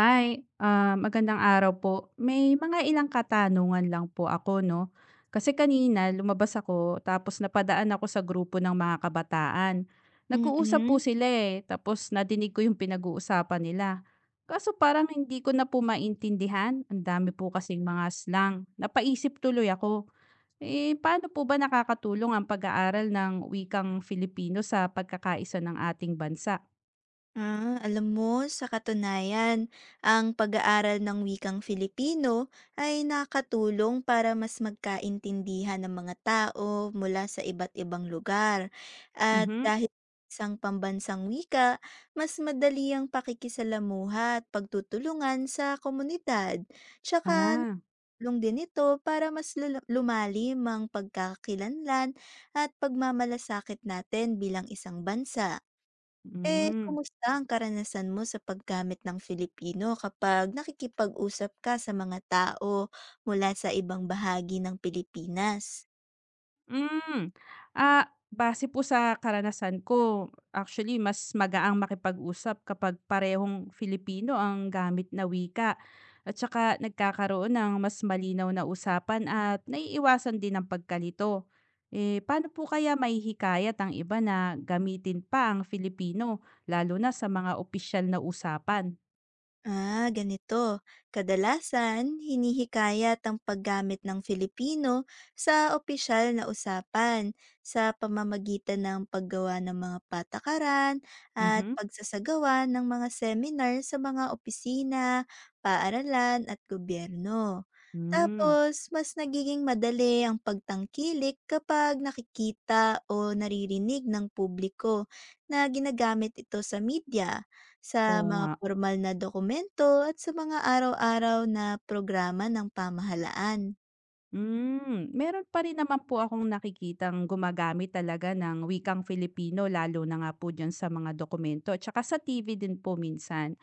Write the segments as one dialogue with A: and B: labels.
A: Hi, magandang araw po. May mga ilang katanungan lang po ako, no? Kasi kanina lumabas ako tapos napadaan ako sa grupo ng mga kabataan. Nag-uusap po
B: Mm.
A: sila eh, tapos nadinig ko yung pinag-uusapan nila. Kaso parang hindi ko na po maintindihan. Ang dami po kasing mga slang. Napaisip tuloy ako. Eh, paano po ba nakakatulong ang pag-aaral ng wikang Filipino sa pagkakaisa ng ating bansa?
B: Alam mo sa katunayan, ang pag-aaral ng wikang Filipino ay nakatulong para mas magkaintindihan ng mga tao mula sa iba't ibang lugar. At
A: Mhm.
B: dahil isang pambansang wika, mas madali ang pakikisalamuha at pagtutulungan sa komunidad. Tsaka
A: Ah.
B: tulong din ito para mas lumalim ang pagkakakilanlan at pagmamalasakit natin bilang isang bansa. Eh,
A: Mm.
B: kumusta ang karanasan mo sa paggamit ng Filipino kapag nakikipag-usap ka sa mga tao mula sa ibang bahagi ng Pilipinas?
A: Hmm, Base po sa karanasan ko, actually mas magaang makipag-usap kapag parehong Filipino ang gamit na wika at saka nagkakaroon ng mas malinaw na usapan at naiiwasan din ang pagkalito. Eh, paano po kaya maihikayat ang iba na gamitin pa ang Filipino lalo na sa mga opisyal na usapan?
B: Ah, ganito. Kadalasan, hinihikayat ang paggamit ng Filipino sa opisyal na usapan sa pamamagitan ng paggawa ng mga patakaran at
A: Mhm.
B: pagsasagawa ng mga seminar sa mga opisina, paaralan at gobyerno.
A: Hmm,
B: Tapos, mas nagiging madali ang pagtangkilik kapag nakikita o naririnig ng publiko na ginagamit ito sa media sa
A: Oo
B: mga
A: nga.
B: formal na dokumento at sa mga araw-araw na programa ng pamahalaan.
A: Meron pa rin naman po akong nakikitang gumagamit talaga ng wikang Filipino lalo na nga po diyan sa mga dokumento at saka sa TV din po minsan.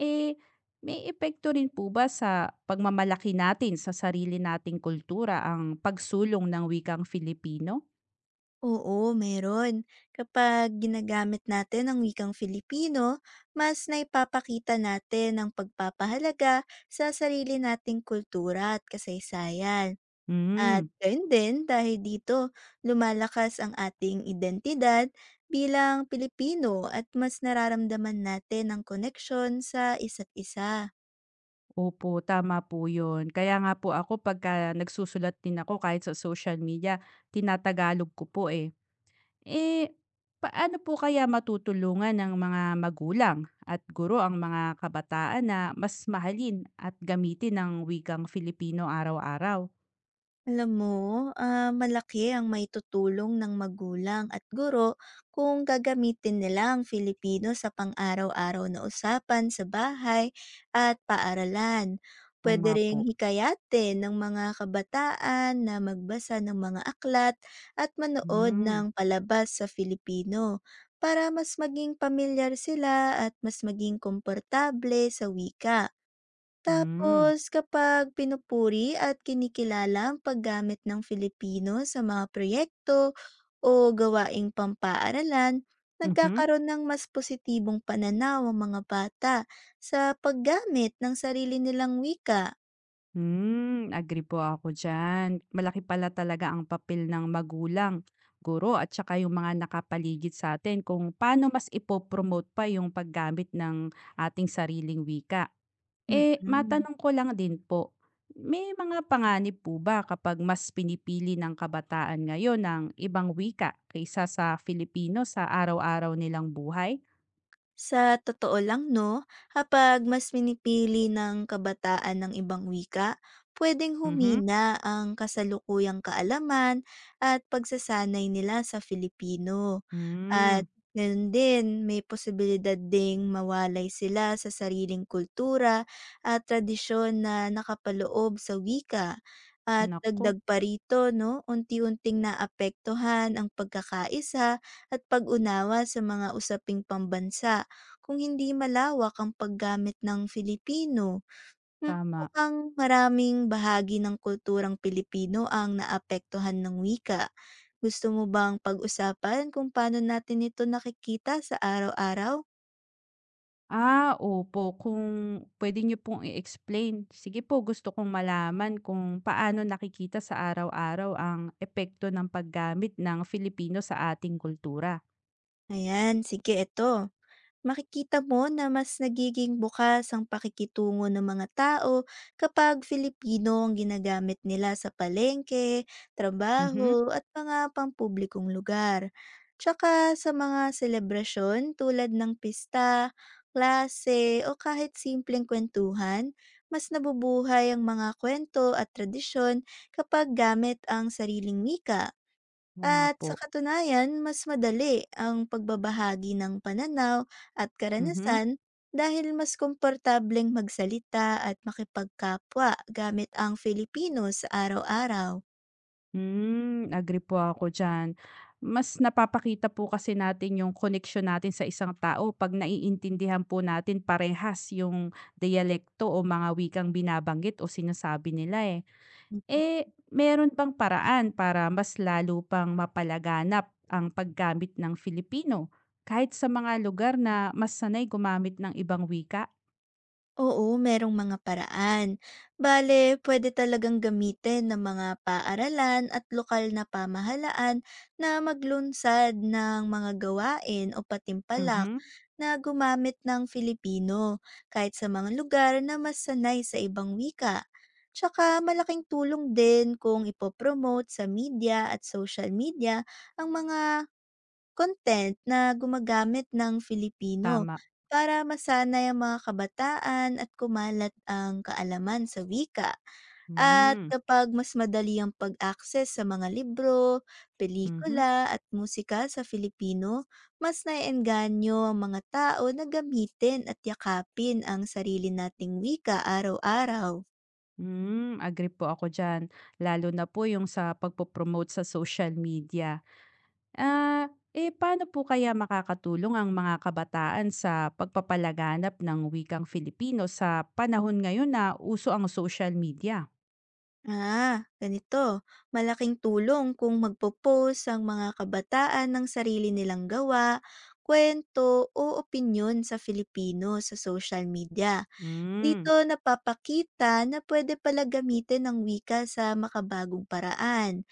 A: Eh, may epekto rin po ba sa pagmamalaki natin sa sarili nating kultura ang pagsulong ng wikang Filipino?
B: Oo, meron. Kapag ginagamit natin ang wikang Filipino, mas naipapakita natin ang pagpapahalaga sa sarili nating kultura at kasaysayan. At
A: Hmm,
B: gayon din dahil dito lumalakas ang ating identidad bilang Pilipino at mas nararamdaman natin ang koneksyon sa isa't isa.
A: Opo, tama po yun. Kaya nga po ako pagka nagsusulat din ako kahit sa social media, tinatagalog ko po eh. Eh, paano po kaya matutulungan ng mga magulang at guro ang mga kabataan na mas mahalin at gamitin ng wikang Filipino araw-araw?
B: Alam mo, malaki ang maitutulong ng magulang at guro kung gagamitin nila ang Filipino sa pang-araw-araw na usapan sa bahay at paaralan.
A: Oo
B: Pwede
A: nga po.
B: ring hikayatin ng mga kabataan na magbasa ng mga aklat at manood ng
A: Hmm.
B: palabas sa Filipino para mas maging pamilyar sila at mas maging komportable sa wika.
A: Hmm.
B: Tapos kapag pinupuri at kinikilala ang paggamit ng Filipino sa mga proyekto o gawaing pampaaralan,
A: Mhm.
B: nagkakaroon ng mas positibong pananaw ang mga bata sa paggamit ng sarili nilang wika.
A: Agree po ako diyan. Malaki pala talaga ang papel ng magulang, guro at saka yung mga nakapaligid sa atin kung paano mas ipopromote pa yung paggamit ng ating sariling wika. Eh,
B: Mm-mm.
A: matanong ko lang din po, may mga panganib po ba kapag mas pinipili ng kabataan ngayon ng ibang wika kaysa sa Filipino sa araw-araw nilang buhay?
B: Sa totoo lang, no, kapag mas minipili ng kabataan ng ibang wika, pwedeng
A: Mhm.
B: humina ang kasalukuyang kaalaman at pagsasanay nila sa Filipino.
A: Hmm,
B: At ganoon din, may posibilidad ding mawalay sila sa sariling kultura at tradisyon na nakapaloob sa wika. At
A: Naku,
B: dagdag pa rito, no, unti-unting naapektuhan ang pagkakaisa at pag-unawa sa mga usaping pambansa kung hindi malawak ang paggamit ng Filipino, hmm,
A: tama.
B: mukhang maraming bahagi ng kulturang Pilipino ang naapektuhan ng wika. Gusto mo bang pag-usapan kung paano natin ito nakikita sa araw-araw?
A: Opo, kung puwede niyo pong i-explain. Sige po, gusto kong malaman kung paano nakikita sa araw-araw ang epekto ng paggamit ng Filipino sa ating kultura.
B: Ayan, sige ito. Makikita mo na mas nagiging bukas ang pakikitungo ng mga tao kapag Filipino ang ginagamit nila sa palengke,
A: Mhm.
B: trabaho at mga pampublikong lugar. Tsaka sa mga selebrasyon tulad ng pista, klase o kahit simpleng kwentuhan, mas nabubuhay ang mga kwento at tradisyon kapag gamit ang sariling wika
A: Oo nga
B: at
A: po.
B: sa katunayan, mas madali ang pagbabahagi ng pananaw at
A: Mhm.
B: karanasan dahil mas komportableng magsalita at makipagkapwa gamit ang Filipino sa araw-araw.
A: Agree po ako diyan. Mas napapakita po kasi natin yung koneksyon natin sa isang tao 'pag naiintindihan po natin parehas yung dialekto o mga wikang binabanggit o sinasabi nila, eh. Eh, meron bang paraan para mas lalo pang mapalaganap ang paggamit ng Filipino kahit sa mga lugar na mas sanay gumamit ng ibang wika?
B: Oo, merong mga paraan. Bale, pwede talagang gamitin ng mga paaralan at lokal na pamahalaan na maglunsad ng mga gawain o patimpalak
A: Mhm,
B: na gumamit ng Filipino kahit sa mga lugar na mas sanay sa ibang wika. Tsaka malaking tulong din kung ipopromote sa media at social media ang mga content na gumagamit ng Filipino
A: tama.
B: para masanay ang mga kabataan at kumalat ang kaalaman sa wika. At
A: Hmm.
B: kapag mas madali ang pag-access sa mga libro,
A: Mhm.
B: pelikula at musika sa Filipino, mas naiengganyo ang mga tao na gamitin at yakapin ang sarili nating wika araw-araw.
A: Agree po ako diyan, lalo na po yung sa pagpo sa social media. Ah, eh paano po kaya makakatulong ang mga kabataan sa pagpapalaganap ng wikang Filipino sa panahon ngayon na uso ang social media?
B: Ah, ganito. Malaking tulong kung magpo-post ang mga kabataan ng sarili nilang gawa, kwento o opinyon sa Filipino sa social media.
A: Hmm.
B: Dito napapakita na pwede pala gamitin ang wika sa makabagong paraan.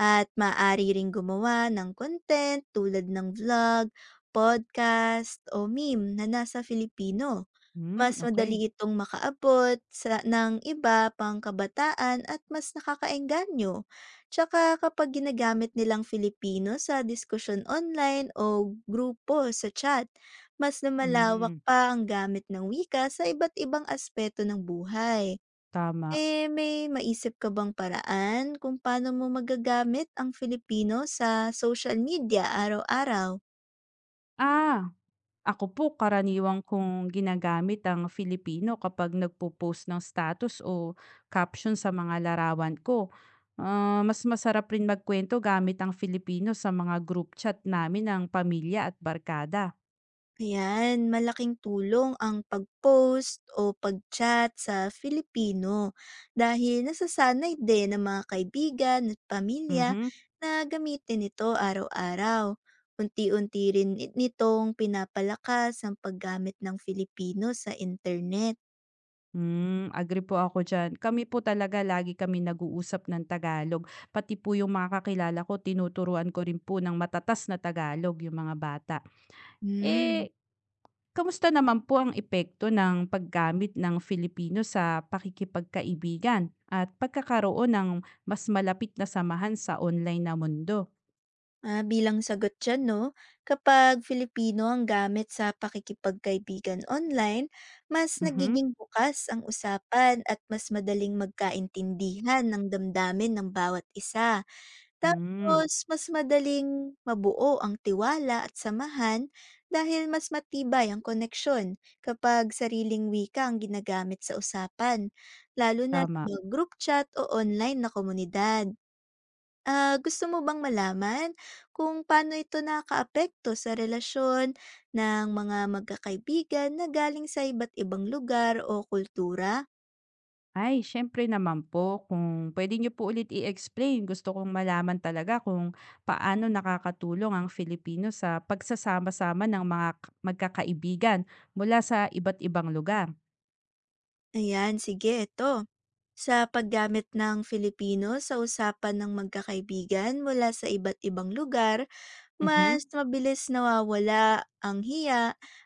B: At maaari ring gumawa ng content tulad ng vlog, podcast o meme na nasa Filipino.
A: Hmm,
B: Mas
A: okay.
B: madali itong makaabot ng iba pang kabataan at mas nakakaengganyo. Tsaka kapag ginagamit nilang Filipino sa diskusyon online o grupo sa chat, mas lumalawak
A: Hmm,
B: pa ang gamit ng wika sa iba't ibang aspeto ng buhay.
A: tama.
B: Eh, may maisip ka bang paraan kung paano mo magagamit ang Filipino sa social media araw-araw?
A: Ah. Ako po karaniwang kong ginagamit ang Filipino kapag nagpo-post ng status o caption sa mga larawan ko. Mas masarap rin magkwento gamit ang Filipino sa mga group chat namin ng pamilya at barkada.
B: Ayan, malaking tulong ang pag-post o pag-chat sa Filipino dahil nasasanay din ng mga kaibigan at pamilya
A: Mhm.
B: na gamitin ito araw-araw. Unti-unti rin nitong pinapalakas ang paggamit ng Filipino sa internet.
A: Agree po ako dyan. Kami po talaga lagi kami nag-uusap ng Tagalog. Pati po yung mga kakilala ko, tinuturuan ko rin po ng matatas na Tagalog yung mga bata.
B: Hmm.
A: Eh, kamusta naman po ang epekto ng paggamit ng Filipino sa pakikipagkaibigan at pagkakaroon ng mas malapit na samahan sa online na mundo?
B: Bilang sagot dyan, no? Kapag Filipino ang gamit sa pakikipagkaibigan online, mas
A: Mhm.
B: nagiging bukas ang usapan at mas madaling magkaintindihan ng damdamin ng bawat isa.
A: Hmm,
B: Tapos, mas madaling mabuo ang tiwala at samahan dahil mas matibay ang koneksyon kapag sariling wika ang ginagamit sa usapan, lalo na sa
A: tama.
B: mga group chat o online na komunidad. Gusto mo bang malaman kung paano ito nakaapekto sa relasyon ng mga magkakaibigan na galing sa iba't ibang lugar o kultura?
A: Ay, siyempre naman po kung puwede niyo po ulit i-explain, gusto kong malaman talaga kung paano nakakatulong ang Filipino sa pagsasama-sama ng mga ka magkakaibigan mula sa iba't ibang lugar.
B: Ayan, sige, ito. Sa paggamit ng Filipino sa usapan ng magkakaibigan mula sa iba't ibang lugar,
A: Mhm,
B: mas mabilis nawawala ang hiya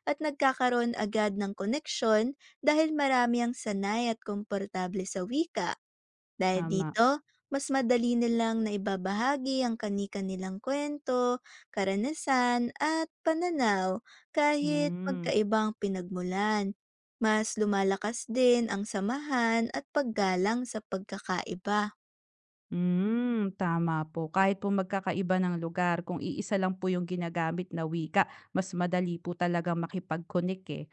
B: at nagkakaroon agad ng koneksyon dahil marami ang sanay at komportable sa wika. Dahil
A: tama.
B: dito, mas madali nilang naibabahagi ang kanika nilang kwento, karanasan at pananaw kahit
A: Hmm.
B: magkaibang pinagmulan. Mas lumalakas din ang samahan at paggalang sa pagkakaiba.
A: Tama po. Kahit po magkakaiba ng lugar, kung iisa lang po yung ginagamit na wika, mas madali po talaga makipag-connect eh.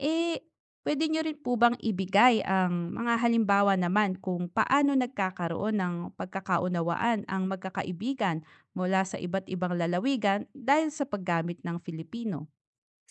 A: Eh, pwede nyo rin po bang ibigay ang mga halimbawa naman kung paano nagkakaroon ng pagkakaunawaan ang magkakaibigan mula sa iba't ibang lalawigan dahil sa paggamit ng Filipino?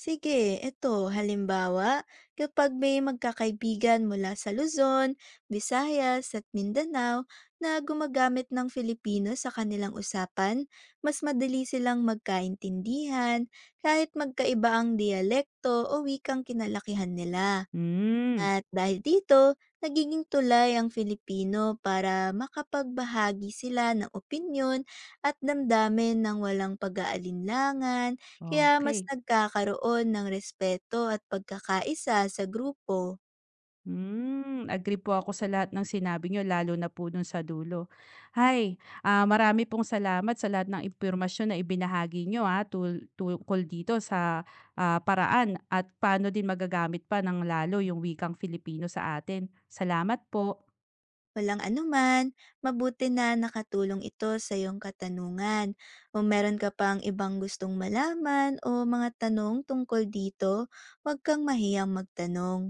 B: Sige, eto halimbawa, kapag may magkakaibigan mula sa Luzon, Visayas at Mindanao na gumagamit ng Filipino sa kanilang usapan, mas madali silang magkaintindihan kahit magkaiba ang dialekto o wikang kinalakihan nila.
A: Hmm,
B: At dahil dito, nagiging tulay ang Filipino para makapagbahagi sila ng opinyon at damdamin ng walang pag-aalinlangan, kaya mas
A: okay.
B: nagkakaroon ng respeto at pagkakaisa sa grupo.
A: Agree po ako sa lahat ng sinabi niyo lalo na po dun sa dulo. Marami pong salamat sa lahat ng impormasyon na ibinahagi niyo, ah, tul tungkol dito sa, paraan at paano din magagamit pa ng lalo yung wikang Filipino sa atin. Salamat po.
B: Walang anuman, mabuti na nakatulong ito sa iyong katanungan. Kung meron ka pang ibang gustong malaman o mga tanong tungkol dito, huwag kang mahiyang magtanong.